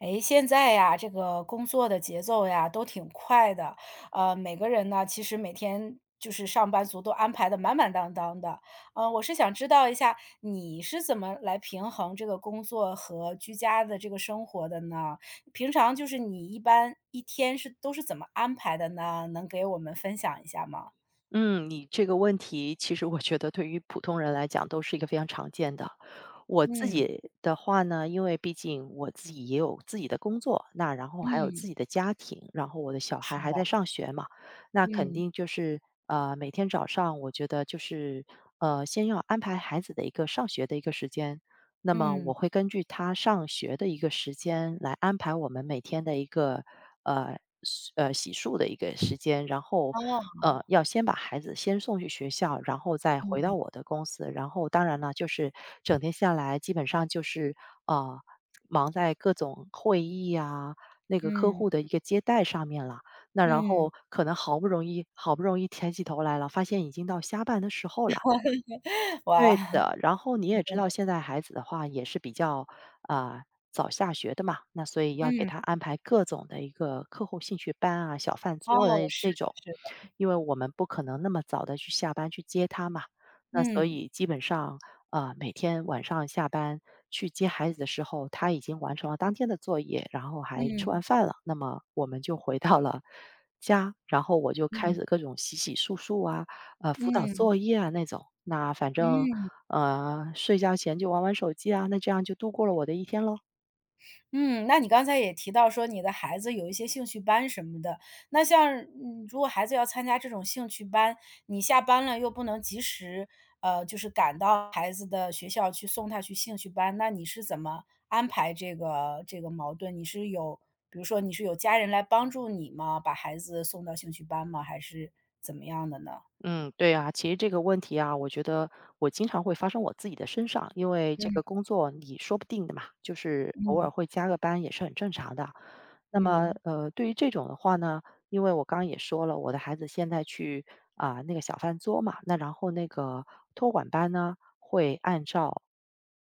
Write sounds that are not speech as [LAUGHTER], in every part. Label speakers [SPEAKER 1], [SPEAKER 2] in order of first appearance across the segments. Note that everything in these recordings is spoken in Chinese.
[SPEAKER 1] 诶，现在呀，这个工作的节奏呀都挺快的，每个人呢，其实每天就是上班族都安排的满满当当的。我是想知道一下，你是怎么来平衡这个工作和居家的这个生活的呢？平常就是你一般一天是都是怎么安排的呢？能给我们分享一下吗？
[SPEAKER 2] 嗯，你这个问题其实我觉得对于普通人来讲都是一个非常常见的。我自
[SPEAKER 1] 嗯，
[SPEAKER 2] 己的话呢，因为毕竟我自己也有自己的工作，那然后还有自
[SPEAKER 1] 嗯，
[SPEAKER 2] 己的家庭，然后我的小孩
[SPEAKER 1] 是
[SPEAKER 2] 还
[SPEAKER 1] 的，
[SPEAKER 2] 在上学嘛，那肯
[SPEAKER 1] 嗯，
[SPEAKER 2] 定就是每天早上我觉得就是先要安排孩子的一个上学的一个时间，那么我
[SPEAKER 1] 嗯，
[SPEAKER 2] 会根据他上学的一个时间来安排我们每天的一个。呃，洗漱的一个时间，然后，
[SPEAKER 1] 哦，
[SPEAKER 2] 要先把孩子先送去学校，然后再回到
[SPEAKER 1] 嗯，
[SPEAKER 2] 我的公司。然后当然了，就是整天下来基本上就是，呃，忙在各种会议啊，那个客
[SPEAKER 1] 嗯，
[SPEAKER 2] 户的一个接待上面了。那然
[SPEAKER 1] 嗯，
[SPEAKER 2] 后可能好不容易抬起头来了，发现已经到下班的时候了。
[SPEAKER 1] [LAUGHS] 哇，
[SPEAKER 2] 对的，然后你也知道现在孩子的话也是比较，啊早下学的嘛，那所以要给
[SPEAKER 1] 嗯。
[SPEAKER 2] 他安排各种的一个课后兴趣班啊、小饭
[SPEAKER 1] 哦，
[SPEAKER 2] 桌的
[SPEAKER 1] 是
[SPEAKER 2] 这
[SPEAKER 1] 的
[SPEAKER 2] 种。
[SPEAKER 1] 是的，
[SPEAKER 2] 因为我们不可能那么早的去下班去接他嘛，那所
[SPEAKER 1] 嗯，
[SPEAKER 2] 以基本上，啊每天晚上下班去接孩子的时候，他已经完成了当天的作业，然后还吃完
[SPEAKER 1] 嗯，
[SPEAKER 2] 饭了，那么我们就回到了家，然后我就开
[SPEAKER 1] 嗯，
[SPEAKER 2] 始各种洗洗漱漱啊，辅导
[SPEAKER 1] 嗯，
[SPEAKER 2] 作业啊那种。那反正，
[SPEAKER 1] 嗯，
[SPEAKER 2] 睡觉前就玩玩手机啊，那这样就度过了我的一天喽。
[SPEAKER 1] 嗯，那你刚才也提到说你的孩子有一些兴趣班什么的，那像如果孩子要参加这种兴趣班，你下班了又不能及时，就是赶到孩子的学校去送他去兴趣班，那你是怎么安排这个矛盾？你是有，比如说你是有家人来帮助你吗？把孩子送到兴趣班吗？还是怎么样的呢？
[SPEAKER 2] 嗯，对啊，其实这个问题啊，我觉得我经常会发生我自己的身上，因为这个
[SPEAKER 1] 嗯，
[SPEAKER 2] 工作你说不定的嘛，就是偶尔
[SPEAKER 1] 嗯，
[SPEAKER 2] 会加个班也是很正常的。那么，
[SPEAKER 1] 嗯。
[SPEAKER 2] 对于这种的话呢，因为我刚刚也说了，我的孩子现在去啊、那个小饭桌嘛，那然后那个托管班呢会按照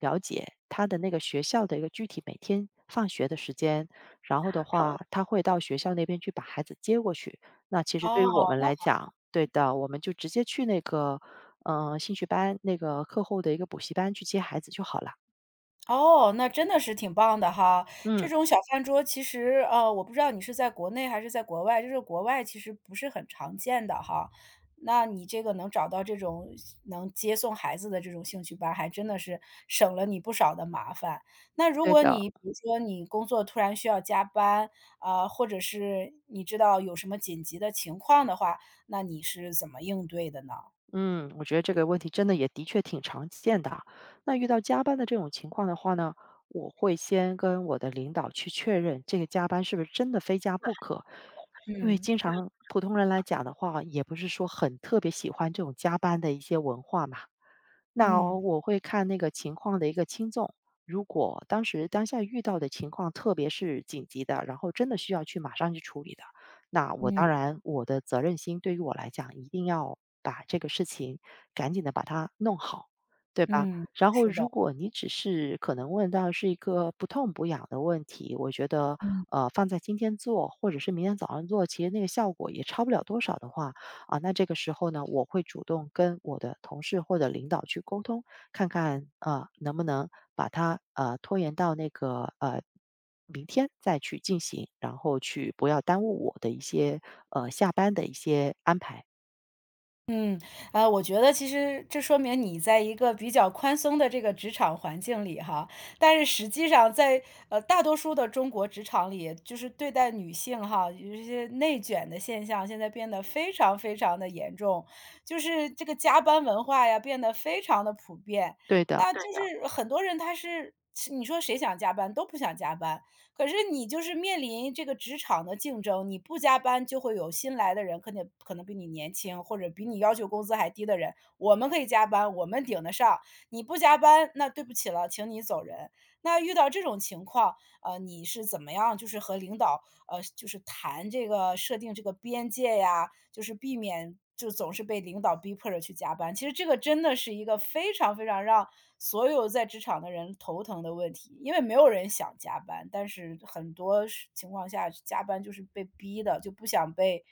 [SPEAKER 2] 了解他的那个学校的一个具体每天放学的时间，然后的话他会到学校那边去把孩子接过去。那其实对于
[SPEAKER 1] 哦。
[SPEAKER 2] 我们
[SPEAKER 1] 那。
[SPEAKER 2] 来讲，对的，我们就直接去那个，兴趣班，那个课后的一个补习班去接孩子就好了。
[SPEAKER 1] 哦，那真的是挺棒的哈。这
[SPEAKER 2] 嗯，
[SPEAKER 1] 种小饭桌其实，我不知道你是在国内还是在国外，就是国外其实不是很常见的哈。那你这个能找到这种能接送孩子的这种兴趣班，还真的是省了你不少的麻烦。那如
[SPEAKER 2] 对
[SPEAKER 1] 果
[SPEAKER 2] 的，
[SPEAKER 1] 你比如说你工作突然需要加班，啊、或者是你知道有什么紧急的情况的话，那你是怎么应对的呢？
[SPEAKER 2] 嗯，我觉得这个问题真的也的确挺常见的。那遇到加班的这种情况的话呢，我会先跟我的领导去确认这个加班是不是真的非加不可，因为经
[SPEAKER 1] 嗯
[SPEAKER 2] 常普通人来讲的话，也不是说很特别喜欢这种加班的一些文化嘛。那哦
[SPEAKER 1] 嗯。
[SPEAKER 2] 我会看那个情况的一个轻重，如果当时当下遇到的情况，特别是紧急的，然后真的需要去马上去处理的，那我
[SPEAKER 1] 嗯
[SPEAKER 2] 当然我的责任心对于我来讲，一定要把这个事情赶紧的把它弄好，对吧？
[SPEAKER 1] 嗯，
[SPEAKER 2] 然后
[SPEAKER 1] 是的，
[SPEAKER 2] 如果你只是可能问到是一个不痛不痒的问题，我觉得，
[SPEAKER 1] 嗯
[SPEAKER 2] 放在今天做，或者是明天早上做，其实那个效果也差不了多少的话，啊，那这个时候呢，我会主动跟我的同事或者领导去沟通，看看啊能不能把它拖延到那个明天再去进行，然后去不要耽误我的一些下班的一些安排。
[SPEAKER 1] 我觉得其实这说明你在一个比较宽松的这个职场环境里哈，但是实际上在，大多数的中国职场里，就是对待女性哈，有一些内卷的现象，现在变得非常非常的严重，就是这个加班文化呀，变得非常的普遍。
[SPEAKER 2] 对的，
[SPEAKER 1] 那对就的是很多人他是你说谁想加班，都不想加班。可是你就是面临这个职场的竞争，你不加班就会有新来的人，可能比你年轻或者比你要求工资还低的人，我们可以加班，我们顶得上。你不加班，那对不起了，请你走人。那遇到这种情况，你是怎么样就是和领导，就是谈这个设定这个边界呀，就是避免就总是被领导逼迫着去加班。其实这个真的是一个非常非常让所有在职场的人头疼的问题，因为没有人想加班，但是很多时情况下加班就是被逼的，就不想被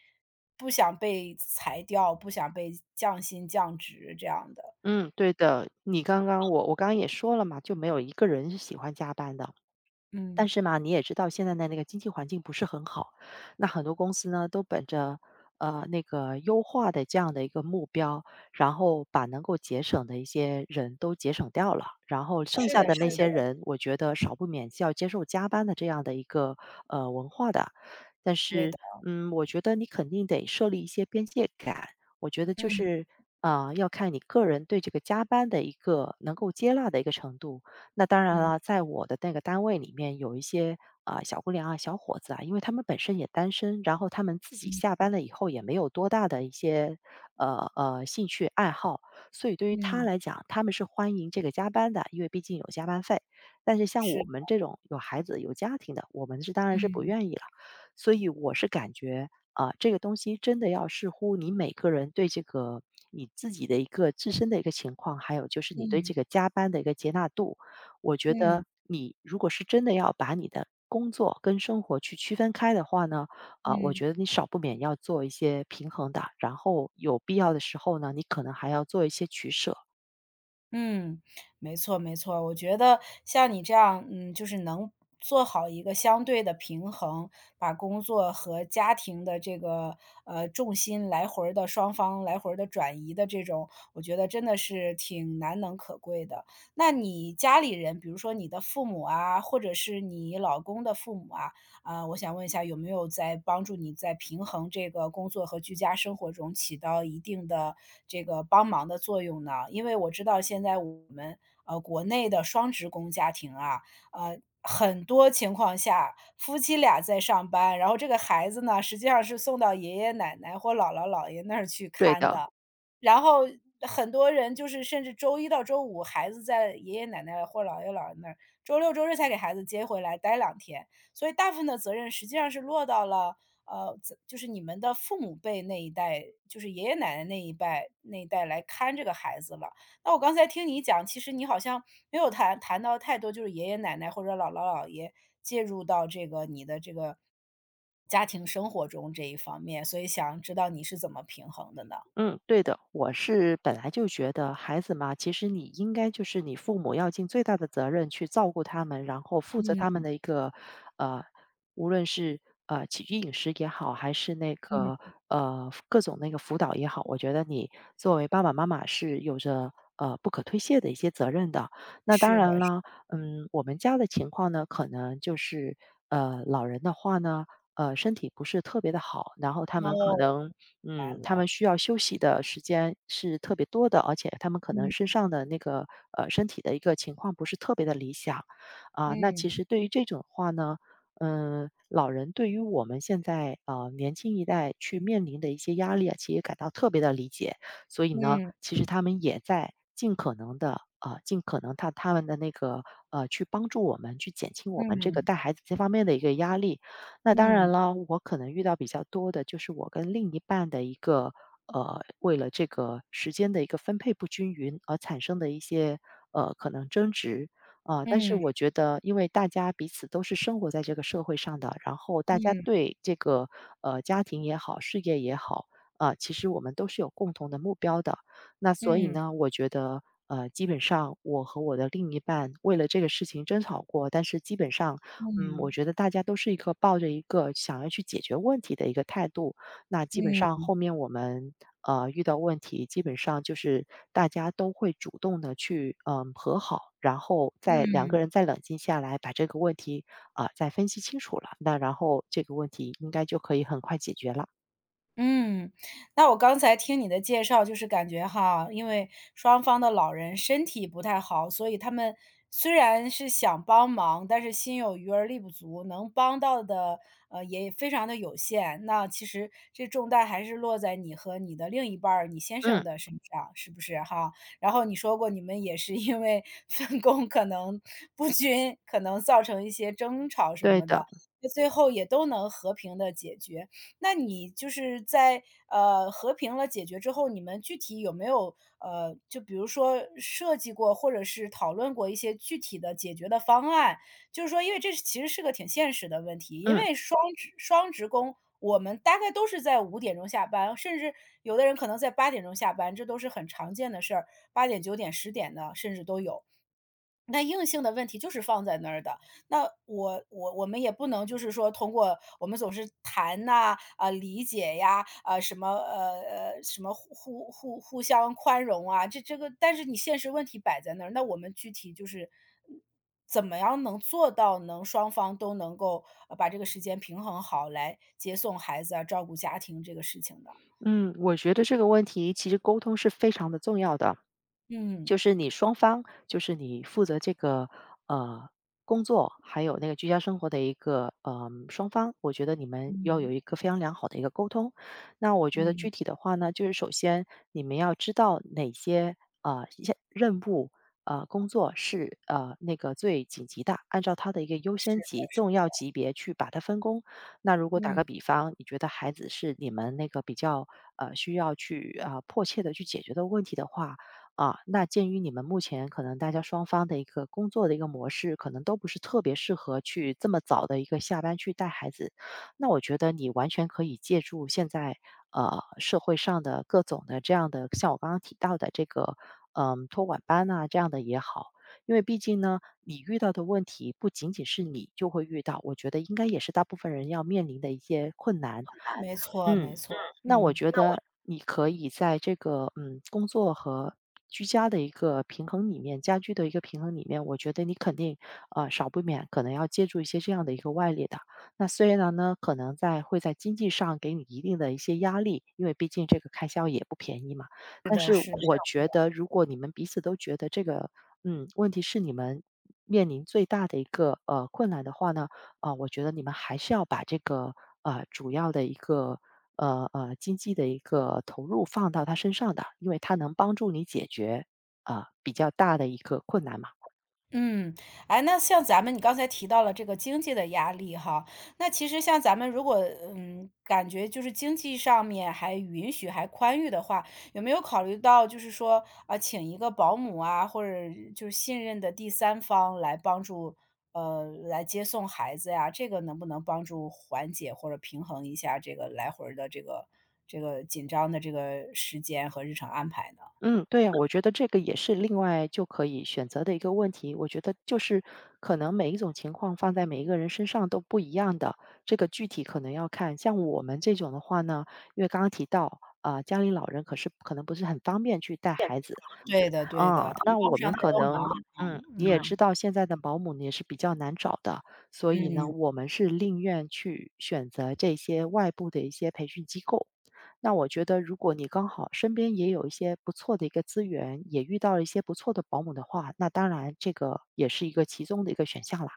[SPEAKER 1] 不想被裁掉，不想被降薪降职这样的。
[SPEAKER 2] 嗯，对的，你刚刚我刚刚也说了嘛，就没有一个人是喜欢加班的。但
[SPEAKER 1] 嗯，
[SPEAKER 2] 是嘛，你也知道现在的那个经济环境不是很好，那很多公司呢都本着那个优化的这样的一个目标，然后把能够节省的一些人都节省掉了，然后剩
[SPEAKER 1] 是
[SPEAKER 2] 下
[SPEAKER 1] 的，
[SPEAKER 2] 的
[SPEAKER 1] 是
[SPEAKER 2] 那些
[SPEAKER 1] 的，
[SPEAKER 2] 人，我觉得少不免是要接受加班的这样的一个文化的。但
[SPEAKER 1] 对
[SPEAKER 2] 是，
[SPEAKER 1] 的，
[SPEAKER 2] 嗯，我觉得你肯定得设立一些边界感，我觉得就
[SPEAKER 1] 嗯
[SPEAKER 2] 是。啊、要看你个人对这个加班的一个能够接纳的一个程度，那当然了，
[SPEAKER 1] 嗯
[SPEAKER 2] 在我的那个单位里面，有一些啊、小姑娘啊、小伙子啊，因为他们本身也单身，然后他们自己
[SPEAKER 1] 嗯
[SPEAKER 2] 下班了以后也没有多大的一些兴趣爱好，所以对于他
[SPEAKER 1] 嗯，
[SPEAKER 2] 来讲，他们是欢迎这个加班的，因为毕竟有加班费。但是像
[SPEAKER 1] 是
[SPEAKER 2] 我们
[SPEAKER 1] 的。
[SPEAKER 2] 这种有孩子、有家庭的，我们是当然是不
[SPEAKER 1] 嗯
[SPEAKER 2] 愿意了。所以我是感觉啊、这个东西真的要视乎你每个人对这个你自己的一个自身的一个情况，还有就是你对这
[SPEAKER 1] 嗯
[SPEAKER 2] 个加班的一个接纳度。我觉
[SPEAKER 1] 嗯
[SPEAKER 2] 得你如果是真的要把你的工作跟生活去区分开的话呢，啊、我
[SPEAKER 1] 嗯。
[SPEAKER 2] 觉得你少不免要做一些平衡的，然后有必要的时候呢，你可能还要做一些取舍。
[SPEAKER 1] 嗯，没错没错，我觉得像你这样，嗯，就是能做好一个相对的平衡，把工作和家庭的这个重心来回的双方来回的转移的这种，我觉得真的是挺难能可贵的。那你家里人，比如说你的父母啊，或者是你老公的父母啊，啊，我想问一下，有没有在帮助你在平衡这个工作和居家生活中起到一定的这个帮忙的作用呢？因为我知道现在我们国内的双职工家庭啊，很多情况下，夫妻俩在上班，然后这个孩子呢，实际上是送到爷爷奶奶或姥姥姥爷那儿去
[SPEAKER 2] 对
[SPEAKER 1] 看
[SPEAKER 2] 的，
[SPEAKER 1] 的。然后很多人就是甚至周一到周五孩子在爷爷奶奶或姥爷姥爷那儿，周六周日才给孩子接回来待2天。所以大部分的责任实际上是落到了，就是你们的父母辈那一代，就是爷爷奶奶那一代来看这个孩子了。那我刚才听你讲，其实你好像没有谈到太多，就是爷爷奶奶或者姥姥姥爷介入到这个你的这个家庭生活中这一方面，所以想知道你是怎么平衡的呢？
[SPEAKER 2] 嗯，对的，我是本来就觉得孩子嘛，其实你应该就是你父母要尽最大的责任去照顾他们，然后负责他们
[SPEAKER 1] 嗯
[SPEAKER 2] 的一个呃，无论是起居饮食也好，还是那个
[SPEAKER 1] 嗯，
[SPEAKER 2] 各种那个辅导也好，我觉得你作为爸爸妈妈是有着不可推卸的一些责任的。那
[SPEAKER 1] 是
[SPEAKER 2] 当
[SPEAKER 1] 的，
[SPEAKER 2] 然
[SPEAKER 1] 是
[SPEAKER 2] 了，嗯，我们家的情况呢，可能就是老人的话呢，身体不是特别的好，然后他们可
[SPEAKER 1] 哦，明
[SPEAKER 2] 能。
[SPEAKER 1] 白
[SPEAKER 2] 嗯，他
[SPEAKER 1] 了，
[SPEAKER 2] 们需要休息的时间是特别多的，而且他们可能身
[SPEAKER 1] 嗯
[SPEAKER 2] 上的那个身体的一个情况不是特别的理想啊、那其
[SPEAKER 1] 嗯
[SPEAKER 2] 实对于这种话呢，嗯、老人对于我们现在年轻一代去面临的一些压力啊，其实也感到特别的理解。所以呢，
[SPEAKER 1] 嗯
[SPEAKER 2] 其实他们也在尽可能的啊、尽可能他们的那个去帮助我们去减轻我
[SPEAKER 1] 嗯
[SPEAKER 2] 们这个
[SPEAKER 1] 嗯
[SPEAKER 2] 带孩子这方面的一个压力。那当然
[SPEAKER 1] 嗯
[SPEAKER 2] 了，我可能遇到比较多的就是我跟另一半的一个为了这个时间的一个分配不均匀而产生的一些可能争执啊、但是
[SPEAKER 1] 嗯
[SPEAKER 2] 我觉得，因为大家彼此都是生活在这个社会上的，然后大家
[SPEAKER 1] 嗯
[SPEAKER 2] 对这个家庭也好，事业也好。啊、其实我们都是有共同的目标的，那所以
[SPEAKER 1] 嗯
[SPEAKER 2] 呢，我觉得基本上我和我的另一半为了这个事情争吵过，但是基本上嗯，我
[SPEAKER 1] 嗯。
[SPEAKER 2] 觉得大家都是一个抱着一个想要去解决问题的一个态度，那基本上
[SPEAKER 1] 嗯
[SPEAKER 2] 后面我们遇到问题，基本上就是大家都会主动的去和好，然后再两
[SPEAKER 1] 嗯
[SPEAKER 2] 个人再冷静下来，把这个问题啊、再分析清楚了，那然后这个问题应该就可以很快解决了。
[SPEAKER 1] 嗯，那我刚才听你的介绍，就是感觉哈，因为双方的老人身体不太好，所以他们虽然是想帮忙，但是心有余而力不足，能帮到的也非常的有限。那其实这重担还是落在你和你的另一半儿，你先生
[SPEAKER 2] 嗯，
[SPEAKER 1] 的身上，是不是哈？然后你说过你们也是因为 [LAUGHS] 分工可能不均，可能造成一些争吵什
[SPEAKER 2] 对
[SPEAKER 1] 么
[SPEAKER 2] 的，
[SPEAKER 1] 的，最后也都能和平的解决。那你就是在和平了解决之后，你们具体有没有就比如说设计过或者是讨论过一些具体的解决的方案？就是说，因为这是其实是个挺现实的问题，因
[SPEAKER 2] 嗯
[SPEAKER 1] 为双职工，我们大概都是在5点钟下班，甚至有的人可能在8点钟下班，这都是很常见的事儿，八点、9点、10点的甚至都有。那硬性的问题就是放在那儿的，那我们也不能就是说通过我们总是谈呐，啊，理解呀，啊，什么，什么互相宽容啊，这个但是你现实问题摆在那儿，那我们具体就是嗯怎么样能做到能双方都能够，把这个时间平衡好，来接送孩子啊，照顾家庭这个事情的。
[SPEAKER 2] 嗯，我觉得这个问题其实沟通是非常的重要的。
[SPEAKER 1] 嗯。
[SPEAKER 2] 就是你双方，就是你负责这个呃工作，还有那个居家生活的一个双方，我觉得你们要
[SPEAKER 1] 嗯。
[SPEAKER 2] 有一个非常良好的一个沟通。那我觉得
[SPEAKER 1] 嗯，
[SPEAKER 2] 具体的话呢，就是首先你们要知道哪些一些任务。工作是那个最紧急的，按照它的一个优
[SPEAKER 1] 是
[SPEAKER 2] 先级、
[SPEAKER 1] 的，
[SPEAKER 2] 重要级别去把它分工。那如果打个
[SPEAKER 1] 嗯，
[SPEAKER 2] 比方，你觉得孩子是你们那个比较需要去啊、迫切的去解决的问题的话，啊，那鉴于你们目前可能大家双方的一个工作的一个模式，可能都不是特别适合去这么早的一个下班去带孩子，那我觉得你完全可以借助现在社会上的各种的这样的，像我刚刚提到的这个嗯托管班啊这样的也好，因为毕竟呢，你遇到的问题不仅仅是你就会遇到，我觉得应该也是大部分人要面临的一些困难。
[SPEAKER 1] 没错没
[SPEAKER 2] 嗯，
[SPEAKER 1] 错，
[SPEAKER 2] 那我
[SPEAKER 1] 嗯，
[SPEAKER 2] 觉
[SPEAKER 1] 那我
[SPEAKER 2] 得你可以在这个嗯工作和居家的一个平衡里面，家居的一个平衡里面，我觉得你肯定少不免可能要借助一些这样的一个外力的。那虽然呢，可能在会在经济上给你一定的一些压力，因为毕竟这个开销也不便宜嘛。
[SPEAKER 1] 是
[SPEAKER 2] 但是
[SPEAKER 1] 的是的
[SPEAKER 2] 我觉得，如果你们彼此都觉得这个嗯问题是你们面临最大的一个困难的话呢，啊、我觉得你们还是要把这个主要的一个经济的一个投入放到他身上的，因为它能帮助你解决啊、比较大的一个困难嘛。
[SPEAKER 1] 嗯，哎，那像咱们你刚才提到了这个经济的压力哈，那其实像咱们如果感觉就是经济上面还允许、还宽裕的话，有没有考虑到就是说啊，请一个保姆啊，或者就是信任的第三方来帮助来接送孩子呀？这个能不能帮助缓解或者平衡一下这个来回儿的这个紧张的这个时间和日程安排呢？
[SPEAKER 2] 嗯，对呀、我觉得这个也是另外就可以选择的一个问题。我觉得就是可能每一种情况放在每一个人身上都不一样的，这个具体可能要看。像我们这种的话呢，因为刚刚提到啊、家里老人可是可能不是很方便去带孩子，
[SPEAKER 1] 对的，对
[SPEAKER 2] 啊，
[SPEAKER 1] 的，他们
[SPEAKER 2] 那
[SPEAKER 1] 帮
[SPEAKER 2] 我
[SPEAKER 1] 不上
[SPEAKER 2] 们
[SPEAKER 1] 太
[SPEAKER 2] 可
[SPEAKER 1] 多
[SPEAKER 2] 能
[SPEAKER 1] 忙，
[SPEAKER 2] 嗯，你也知
[SPEAKER 1] 嗯
[SPEAKER 2] 道现在的保姆呢也是比较难找的，所以呢，
[SPEAKER 1] 嗯。
[SPEAKER 2] 我们是宁愿去选择这些外部的一些培训机构。那我觉得，如果你刚好身边也有一些不错的一个资源，也遇到了一些不错的保姆的话，那当然这个也是一个其中的一个选项啦。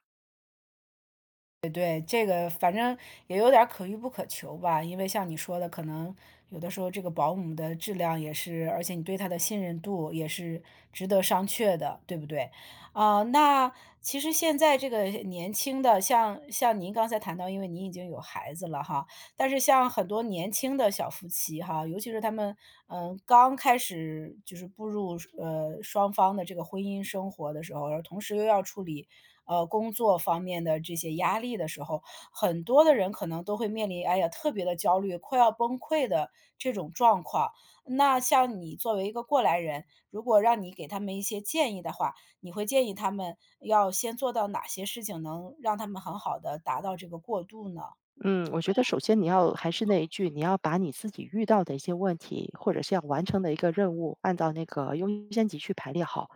[SPEAKER 1] 对对，这个反正也有点儿可遇不可求吧，因为像你说的，可能有的时候这个保姆的质量也是，而且你对他的信任度也是值得商榷的，对不对？啊、那其实现在这个年轻的，像您刚才谈到，因为您已经有孩子了哈，但是像很多年轻的小夫妻哈，尤其是他们，嗯，刚开始就是步入双方的这个婚姻生活的时候，而同时又要处理，工作方面的这些压力的时候，很多的人可能都会面临，哎呀，特别的焦虑，快要崩溃的这种状况。那像你作为一个过来人，如果让你给他们一些建议的话，你会建议他们要先做到哪些事情，能让他们很好的达到这个过渡呢？
[SPEAKER 2] 嗯，我觉得首先你要还是那一句，你要把你自己遇到的一些问题，或者是要完成的一个任务，按照那个优先级去排列好。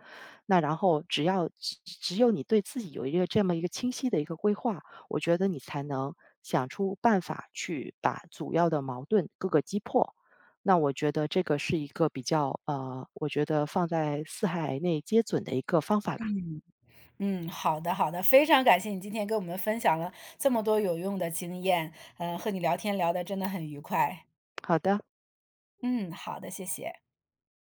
[SPEAKER 2] 那然后只要只有你对自己有一个这么一个清晰的一个规划，我觉得你才能想出办法去把主要的矛盾各个击破。那我觉得这个是一个比较，我觉得放在四海内皆准的一个方法啦。
[SPEAKER 1] 嗯，好的好的，非常感谢你今天跟我们分享了这么多有用的经验，嗯，和你聊天聊得真的很愉快。
[SPEAKER 2] 好的。
[SPEAKER 1] 嗯，好的，谢谢。